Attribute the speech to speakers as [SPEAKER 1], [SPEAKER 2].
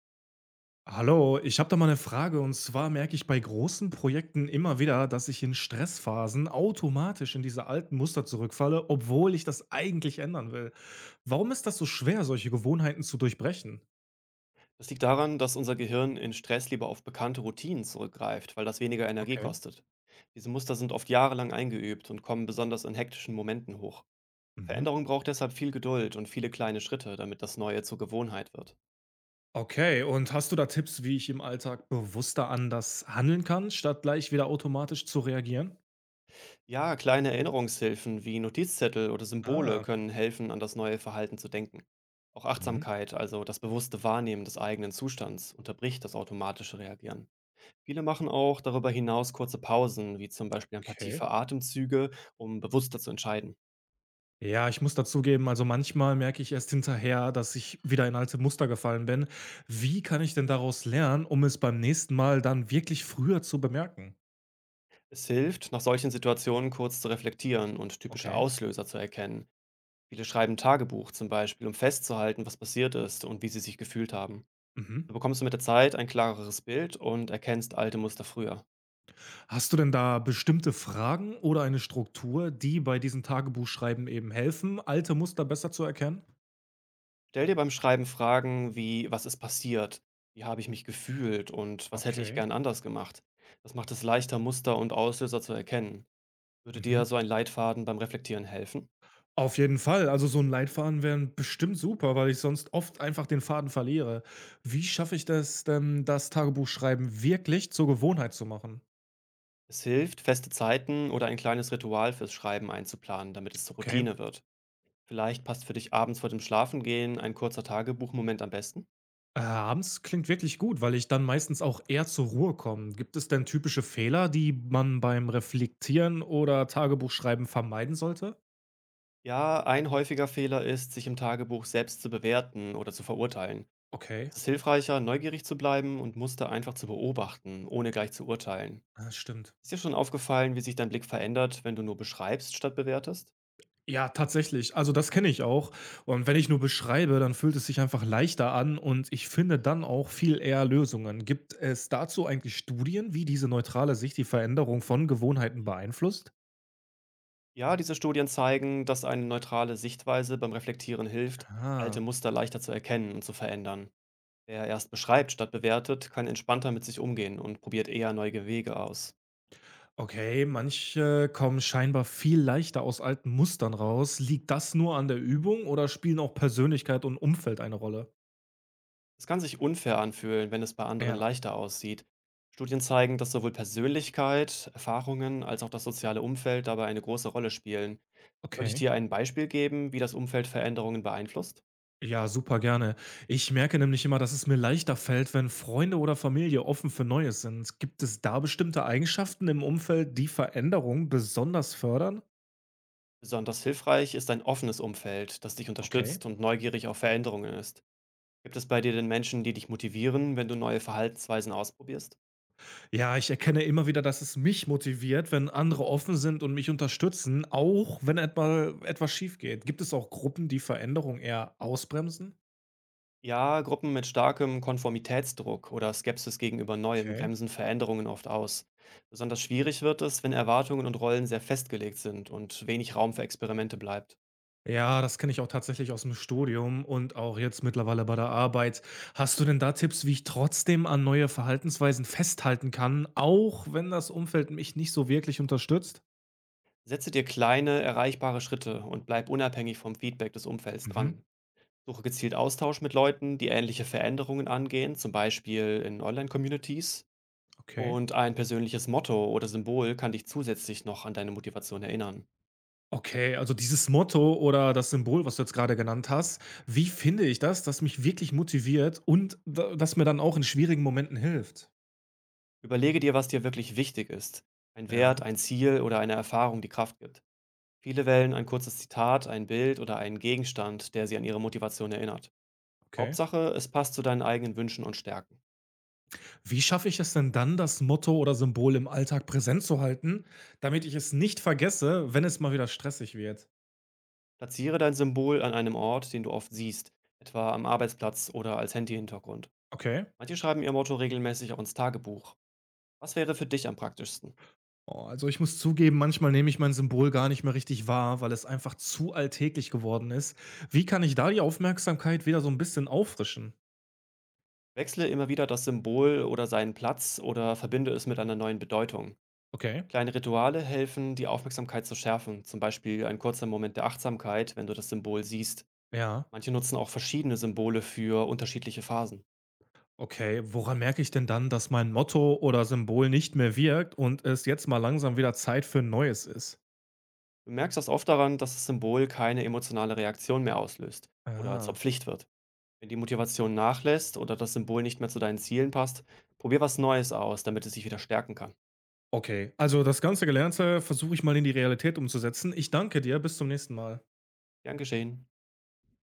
[SPEAKER 1] Hallo, ich habe da mal eine Frage und zwar merke ich bei großen Projekten immer wieder, dass ich in Stressphasen automatisch in diese alten Muster zurückfalle, obwohl ich das eigentlich ändern will. Warum ist das so schwer, solche Gewohnheiten zu durchbrechen?
[SPEAKER 2] Das liegt daran, dass unser Gehirn in Stress lieber auf bekannte Routinen zurückgreift, weil das weniger Energie
[SPEAKER 1] Okay.
[SPEAKER 2] kostet. Diese Muster sind oft jahrelang eingeübt und kommen besonders in hektischen Momenten hoch.
[SPEAKER 1] Mhm.
[SPEAKER 2] Veränderung braucht deshalb viel Geduld und viele kleine Schritte, damit das Neue zur Gewohnheit wird.
[SPEAKER 1] Okay, und hast du da Tipps, wie ich im Alltag bewusster anders handeln kann, statt gleich wieder automatisch zu reagieren?
[SPEAKER 2] Ja, kleine Erinnerungshilfen wie Notizzettel oder Symbole
[SPEAKER 1] Ah,
[SPEAKER 2] können helfen, an das neue Verhalten zu denken. Auch
[SPEAKER 1] mhm,
[SPEAKER 2] Achtsamkeit, also das bewusste Wahrnehmen des eigenen Zustands, unterbricht das automatische Reagieren. Viele machen auch darüber hinaus kurze Pausen, wie zum Beispiel ein paar
[SPEAKER 1] okay.
[SPEAKER 2] tiefe Atemzüge, um bewusster zu entscheiden.
[SPEAKER 1] Ja, ich muss dazugeben, also manchmal merke ich erst hinterher, dass ich wieder in alte Muster gefallen bin. Wie kann ich denn daraus lernen, um es beim nächsten Mal dann wirklich früher zu bemerken?
[SPEAKER 2] Es hilft, nach solchen Situationen kurz zu reflektieren und typische
[SPEAKER 1] Okay.
[SPEAKER 2] Auslöser zu erkennen. Viele schreiben Tagebuch zum Beispiel, um festzuhalten, was passiert ist und wie sie sich gefühlt haben.
[SPEAKER 1] Mhm.
[SPEAKER 2] So bekommst du mit der Zeit ein klareres Bild und erkennst alte Muster früher.
[SPEAKER 1] Hast du denn da bestimmte Fragen oder eine Struktur, die bei diesem Tagebuchschreiben eben helfen, alte Muster besser zu erkennen?
[SPEAKER 2] Stell dir beim Schreiben Fragen wie, was ist passiert? Wie habe ich mich gefühlt und was hätte ich
[SPEAKER 1] Okay.
[SPEAKER 2] gern anders gemacht? Das macht es leichter, Muster und Auslöser zu erkennen. Würde
[SPEAKER 1] Mhm.
[SPEAKER 2] dir so ein Leitfaden beim Reflektieren helfen?
[SPEAKER 1] Auf jeden Fall. Also so ein Leitfaden wäre bestimmt super, weil ich sonst oft einfach den Faden verliere. Wie schaffe ich das denn, das Tagebuchschreiben wirklich zur Gewohnheit zu machen?
[SPEAKER 2] Es hilft, feste Zeiten oder ein kleines Ritual fürs Schreiben einzuplanen, damit es zur
[SPEAKER 1] Okay.
[SPEAKER 2] Routine wird. Vielleicht passt für dich abends vor dem Schlafengehen ein kurzer Tagebuchmoment am besten?
[SPEAKER 1] Abends klingt wirklich gut, weil ich dann meistens auch eher zur Ruhe komme. Gibt es denn typische Fehler, die man beim Reflektieren oder Tagebuchschreiben vermeiden sollte?
[SPEAKER 2] Ja, ein häufiger Fehler ist, sich im Tagebuch selbst zu bewerten oder zu verurteilen.
[SPEAKER 1] Okay,
[SPEAKER 2] Es ist hilfreicher, neugierig zu bleiben und Muster einfach zu beobachten, ohne gleich zu urteilen.
[SPEAKER 1] das stimmt.
[SPEAKER 2] Ist dir schon aufgefallen, wie sich dein Blick verändert, wenn du nur beschreibst statt bewertest?
[SPEAKER 1] Ja, tatsächlich. Also das kenne ich auch. Und wenn ich nur beschreibe, dann fühlt es sich einfach leichter an und ich finde dann auch viel eher Lösungen. Gibt es dazu eigentlich Studien, wie diese neutrale Sicht die Veränderung von Gewohnheiten beeinflusst?
[SPEAKER 2] Ja, diese Studien zeigen, dass eine neutrale Sichtweise beim Reflektieren hilft, alte
[SPEAKER 1] Ah,
[SPEAKER 2] Muster leichter zu erkennen und zu verändern. Wer erst beschreibt statt bewertet, kann entspannter mit sich umgehen und probiert eher neue Wege aus.
[SPEAKER 1] okay, manche kommen scheinbar viel leichter aus alten Mustern raus. Liegt das nur an der Übung oder spielen auch Persönlichkeit und Umfeld eine Rolle?
[SPEAKER 2] Es kann sich unfair anfühlen, wenn es bei anderen
[SPEAKER 1] Ja,
[SPEAKER 2] leichter aussieht. Studien zeigen, dass sowohl Persönlichkeit, Erfahrungen als auch das soziale Umfeld dabei eine große Rolle spielen. Soll ich
[SPEAKER 1] okay.
[SPEAKER 2] dir ein Beispiel geben, wie das Umfeld Veränderungen beeinflusst?
[SPEAKER 1] Ja, super gerne. Ich merke nämlich immer, dass es mir leichter fällt, wenn Freunde oder Familie offen für Neues sind. Gibt es da bestimmte Eigenschaften im Umfeld, die Veränderung besonders fördern?
[SPEAKER 2] Besonders hilfreich ist ein offenes Umfeld, das dich
[SPEAKER 1] Okay.
[SPEAKER 2] unterstützt und neugierig auf Veränderungen ist. Gibt es bei dir denn Menschen, die dich motivieren, wenn du neue Verhaltensweisen ausprobierst?
[SPEAKER 1] Ja, ich erkenne immer wieder, dass es mich motiviert, wenn andere offen sind und mich unterstützen, auch wenn etwa etwas schief geht. Gibt es auch Gruppen, die Veränderung eher ausbremsen?
[SPEAKER 2] Ja, Gruppen mit starkem Konformitätsdruck oder Skepsis gegenüber Neuem
[SPEAKER 1] Okay.
[SPEAKER 2] bremsen Veränderungen oft aus. Besonders schwierig wird es, wenn Erwartungen und Rollen sehr festgelegt sind und wenig Raum für Experimente bleibt.
[SPEAKER 1] Ja, das kenne ich auch tatsächlich aus dem Studium und auch jetzt mittlerweile bei der Arbeit. Hast du denn da Tipps, wie ich trotzdem an neue Verhaltensweisen festhalten kann, auch wenn das Umfeld mich nicht so wirklich unterstützt?
[SPEAKER 2] Setze dir kleine, erreichbare Schritte und bleib unabhängig vom Feedback des Umfelds
[SPEAKER 1] Mhm.
[SPEAKER 2] dran. Suche gezielt Austausch mit Leuten, die ähnliche Veränderungen angehen, zum Beispiel in Online-Communities.
[SPEAKER 1] Okay.
[SPEAKER 2] Und ein persönliches Motto oder Symbol kann dich zusätzlich noch an deine Motivation erinnern.
[SPEAKER 1] Okay, also dieses Motto oder das Symbol, was du jetzt gerade genannt hast, wie finde ich das, das mich wirklich motiviert und da das mir dann auch in schwierigen Momenten hilft?
[SPEAKER 2] Überlege dir, was dir wirklich wichtig ist. Ein
[SPEAKER 1] Ja,
[SPEAKER 2] Wert, ein Ziel oder eine Erfahrung, die Kraft gibt. Viele wählen ein kurzes Zitat, ein Bild oder einen Gegenstand, der sie an ihre Motivation erinnert.
[SPEAKER 1] okay.
[SPEAKER 2] Hauptsache, es passt zu deinen eigenen Wünschen und Stärken.
[SPEAKER 1] Wie schaffe ich es denn dann, das Motto oder Symbol im Alltag präsent zu halten, damit ich es nicht vergesse, wenn es mal wieder stressig wird?
[SPEAKER 2] Platziere dein Symbol an einem Ort, den du oft siehst, etwa am Arbeitsplatz oder als Handyhintergrund.
[SPEAKER 1] Okay.
[SPEAKER 2] Manche schreiben ihr Motto regelmäßig auch ins Tagebuch. Was wäre für dich am praktischsten?
[SPEAKER 1] Oh, also ich muss zugeben, manchmal nehme ich mein Symbol gar nicht mehr richtig wahr, weil es einfach zu alltäglich geworden ist. Wie kann ich da die Aufmerksamkeit wieder so ein bisschen auffrischen?
[SPEAKER 2] Wechsle immer wieder das Symbol oder seinen Platz oder verbinde es mit einer neuen Bedeutung.
[SPEAKER 1] Okay,
[SPEAKER 2] Kleine Rituale helfen, die Aufmerksamkeit zu schärfen, zum Beispiel ein kurzer Moment der Achtsamkeit, wenn du das Symbol siehst.
[SPEAKER 1] ja.
[SPEAKER 2] Manche nutzen auch verschiedene Symbole für unterschiedliche Phasen.
[SPEAKER 1] Okay, woran merke ich denn dann, dass mein Motto oder Symbol nicht mehr wirkt und es jetzt mal langsam wieder Zeit für neues ist?
[SPEAKER 2] Du merkst das oft daran, dass das Symbol keine emotionale Reaktion mehr auslöst oder zur
[SPEAKER 1] Ah,
[SPEAKER 2] Pflicht wird. Wenn die Motivation nachlässt oder das Symbol nicht mehr zu deinen Zielen passt, probier was Neues aus, damit es sich wieder stärken kann.
[SPEAKER 1] okay. Also, das ganze Gelernte versuche ich mal in die Realität umzusetzen. Ich danke dir, bis zum nächsten Mal.
[SPEAKER 2] Gern geschehen.